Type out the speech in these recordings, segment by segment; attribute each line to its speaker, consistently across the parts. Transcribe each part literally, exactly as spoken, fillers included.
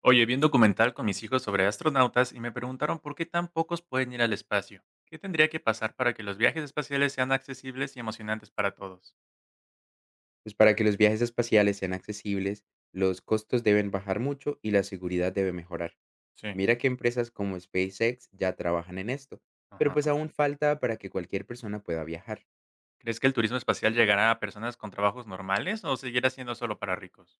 Speaker 1: Oye, vi un documental con mis hijos sobre astronautas y me preguntaron por qué tan pocos pueden ir al espacio. ¿Qué tendría que pasar para que los viajes espaciales sean accesibles y emocionantes para todos?
Speaker 2: Pues para que los viajes espaciales sean accesibles, los costos deben bajar mucho y la seguridad debe mejorar.
Speaker 1: Sí.
Speaker 2: Mira que empresas como SpaceX ya trabajan en esto, pero
Speaker 1: Ajá.
Speaker 2: pues aún falta para que cualquier persona pueda viajar.
Speaker 1: ¿Crees que el turismo espacial llegará a personas con trabajos normales o seguirá siendo solo para ricos?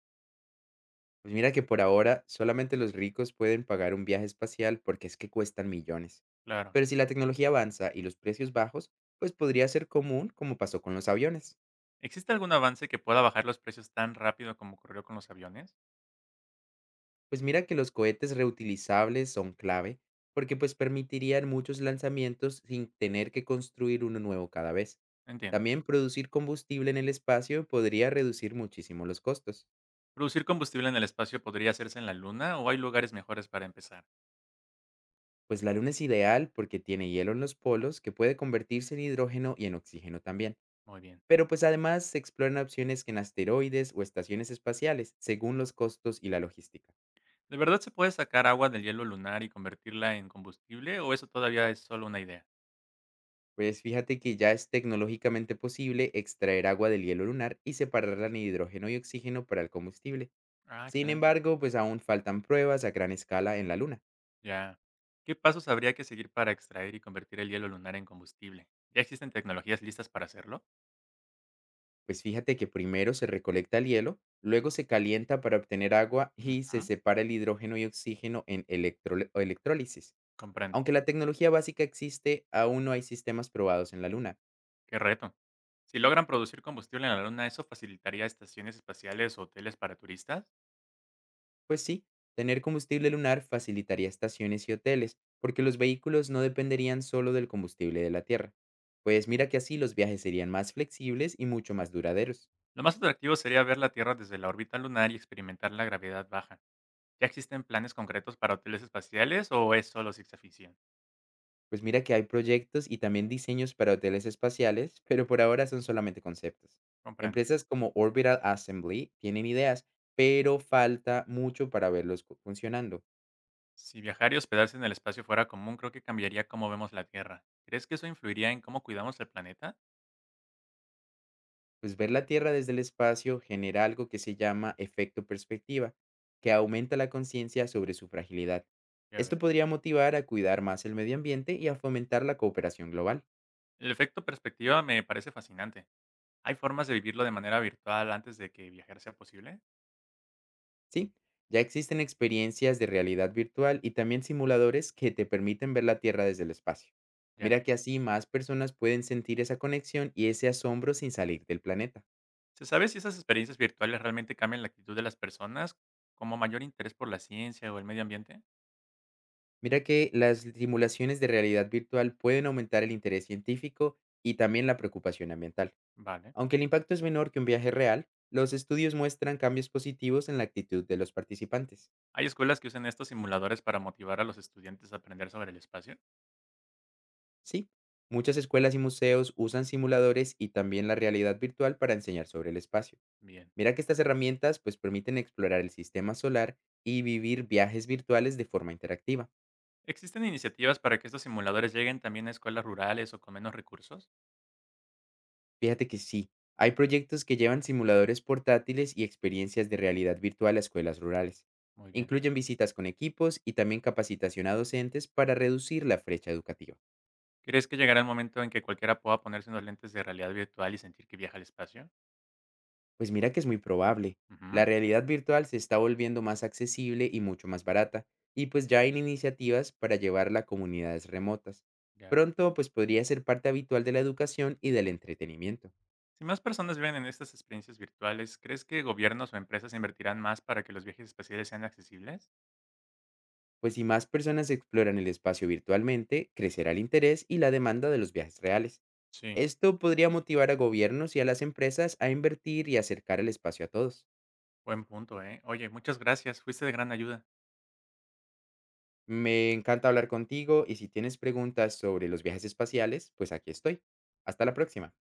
Speaker 2: Pues mira que por ahora solamente los ricos pueden pagar un viaje espacial porque es que cuestan millones.
Speaker 1: Claro.
Speaker 2: Pero si la tecnología avanza y los precios bajos, pues podría ser común como pasó con los aviones.
Speaker 1: ¿Existe algún avance que pueda bajar los precios tan rápido como ocurrió con los aviones?
Speaker 2: Pues mira que los cohetes reutilizables son clave porque pues permitirían muchos lanzamientos sin tener que construir uno nuevo cada vez.
Speaker 1: Entiendo.
Speaker 2: También producir combustible en el espacio podría reducir muchísimo los costos.
Speaker 1: ¿Producir combustible en el espacio podría hacerse en la Luna o hay lugares mejores para empezar?
Speaker 2: Pues la luna es ideal porque tiene hielo en los polos que puede convertirse en hidrógeno y en oxígeno también.
Speaker 1: Muy bien.
Speaker 2: Pero pues además se exploran opciones en asteroides o estaciones espaciales según los costos y la logística.
Speaker 1: ¿De verdad se puede sacar agua del hielo lunar y convertirla en combustible o eso todavía es solo una idea?
Speaker 2: Pues fíjate que ya es tecnológicamente posible extraer agua del hielo lunar y separarla en hidrógeno y oxígeno para el combustible.
Speaker 1: Ah,
Speaker 2: Sin
Speaker 1: excelente.
Speaker 2: embargo, pues aún faltan pruebas a gran escala en la Luna.
Speaker 1: Ya. ¿Qué pasos habría que seguir para extraer y convertir el hielo lunar en combustible? ¿Ya existen tecnologías listas para hacerlo?
Speaker 2: Pues fíjate que primero se recolecta el hielo, luego se calienta para obtener agua y
Speaker 1: Ujú,
Speaker 2: se separa el hidrógeno y oxígeno en electrole- o electrólisis.
Speaker 1: comprendo.
Speaker 2: Aunque la tecnología básica existe, aún no hay sistemas probados en la Luna.
Speaker 1: Qué reto. Si logran producir combustible en la luna, ¿eso facilitaría estaciones espaciales o hoteles para turistas?
Speaker 2: Pues sí, tener combustible lunar facilitaría estaciones y hoteles, porque los vehículos no dependerían solo del combustible de la Tierra. Pues
Speaker 1: Ujú.
Speaker 2: mira que así los viajes serían más flexibles y mucho más duraderos.
Speaker 1: Lo más atractivo sería ver la Tierra desde la órbita lunar y experimentar la gravedad baja. ¿Ya existen planes concretos para hoteles espaciales o es solo ciencia ficción?
Speaker 2: Pues mira que hay proyectos y también diseños para hoteles espaciales, pero por ahora son solamente conceptos.
Speaker 1: Comprendo.
Speaker 2: Empresas como Orbital Assembly tienen ideas, pero falta mucho para verlos cu- funcionando.
Speaker 1: Si viajar y hospedarse en el espacio fuera común, creo que cambiaría cómo vemos la Tierra. ¿Crees que eso influiría en cómo cuidamos el planeta?
Speaker 2: Pues ver la Tierra desde el espacio genera algo que se llama efecto perspectiva, que aumenta la conciencia sobre su fragilidad.
Speaker 1: Ya
Speaker 2: Esto
Speaker 1: veo.
Speaker 2: podría motivar a cuidar más el medio ambiente y a fomentar la cooperación global.
Speaker 1: El efecto perspectiva me parece fascinante. ¿Hay formas de vivirlo de manera virtual antes de que viajar sea posible?
Speaker 2: Sí, ya existen experiencias de realidad virtual y también simuladores que te permiten ver la Tierra desde el espacio.
Speaker 1: Ya.
Speaker 2: Mira que así más personas pueden sentir esa conexión y ese asombro sin salir del planeta.
Speaker 1: ¿Se sabe si esas experiencias virtuales realmente cambian la actitud de las personas como mayor interés por la ciencia o el medio ambiente?
Speaker 2: Mira que las simulaciones de realidad virtual pueden aumentar el interés científico y también la preocupación ambiental.
Speaker 1: Vale.
Speaker 2: Aunque el impacto es menor que un viaje real, los estudios muestran cambios positivos en la actitud de los participantes.
Speaker 1: ¿Hay escuelas que usan estos simuladores para motivar a los estudiantes a aprender sobre el espacio?
Speaker 2: Sí, muchas escuelas y museos usan simuladores y también la realidad virtual para enseñar sobre el espacio.
Speaker 1: Bien.
Speaker 2: Mira que estas herramientas pues permiten explorar el sistema solar y vivir viajes virtuales de forma interactiva.
Speaker 1: ¿Existen iniciativas para que estos simuladores lleguen también a escuelas rurales o con menos recursos?
Speaker 2: Fíjate que sí, hay proyectos que llevan simuladores portátiles y experiencias de realidad virtual a escuelas rurales.
Speaker 1: Muy bien.
Speaker 2: Incluyen visitas con equipos y también capacitación a docentes para reducir la brecha educativa.
Speaker 1: ¿Crees que llegará el momento en que cualquiera pueda ponerse unos lentes de realidad virtual y sentir que viaja al espacio?
Speaker 2: Pues mira que es muy probable.
Speaker 1: Ujú,
Speaker 2: La realidad virtual se está volviendo más accesible y mucho más barata, y pues ya hay iniciativas para llevarla a comunidades remotas.
Speaker 1: ya.
Speaker 2: Pronto pues podría ser parte habitual de la educación y del entretenimiento.
Speaker 1: Si más personas viven en estas experiencias virtuales, ¿crees que gobiernos o empresas invertirán más para que los viajes espaciales sean accesibles?
Speaker 2: Pues si más personas exploran el espacio virtualmente, crecerá el interés y la demanda de los viajes reales.
Speaker 1: Sí,
Speaker 2: Esto podría motivar a gobiernos y a las empresas a invertir y acercar el espacio a todos.
Speaker 1: buen punto, ¿eh? Oye, muchas gracias, fuiste de gran ayuda.
Speaker 2: Me encanta hablar contigo y si tienes preguntas sobre los viajes espaciales, pues aquí estoy. Hasta la próxima.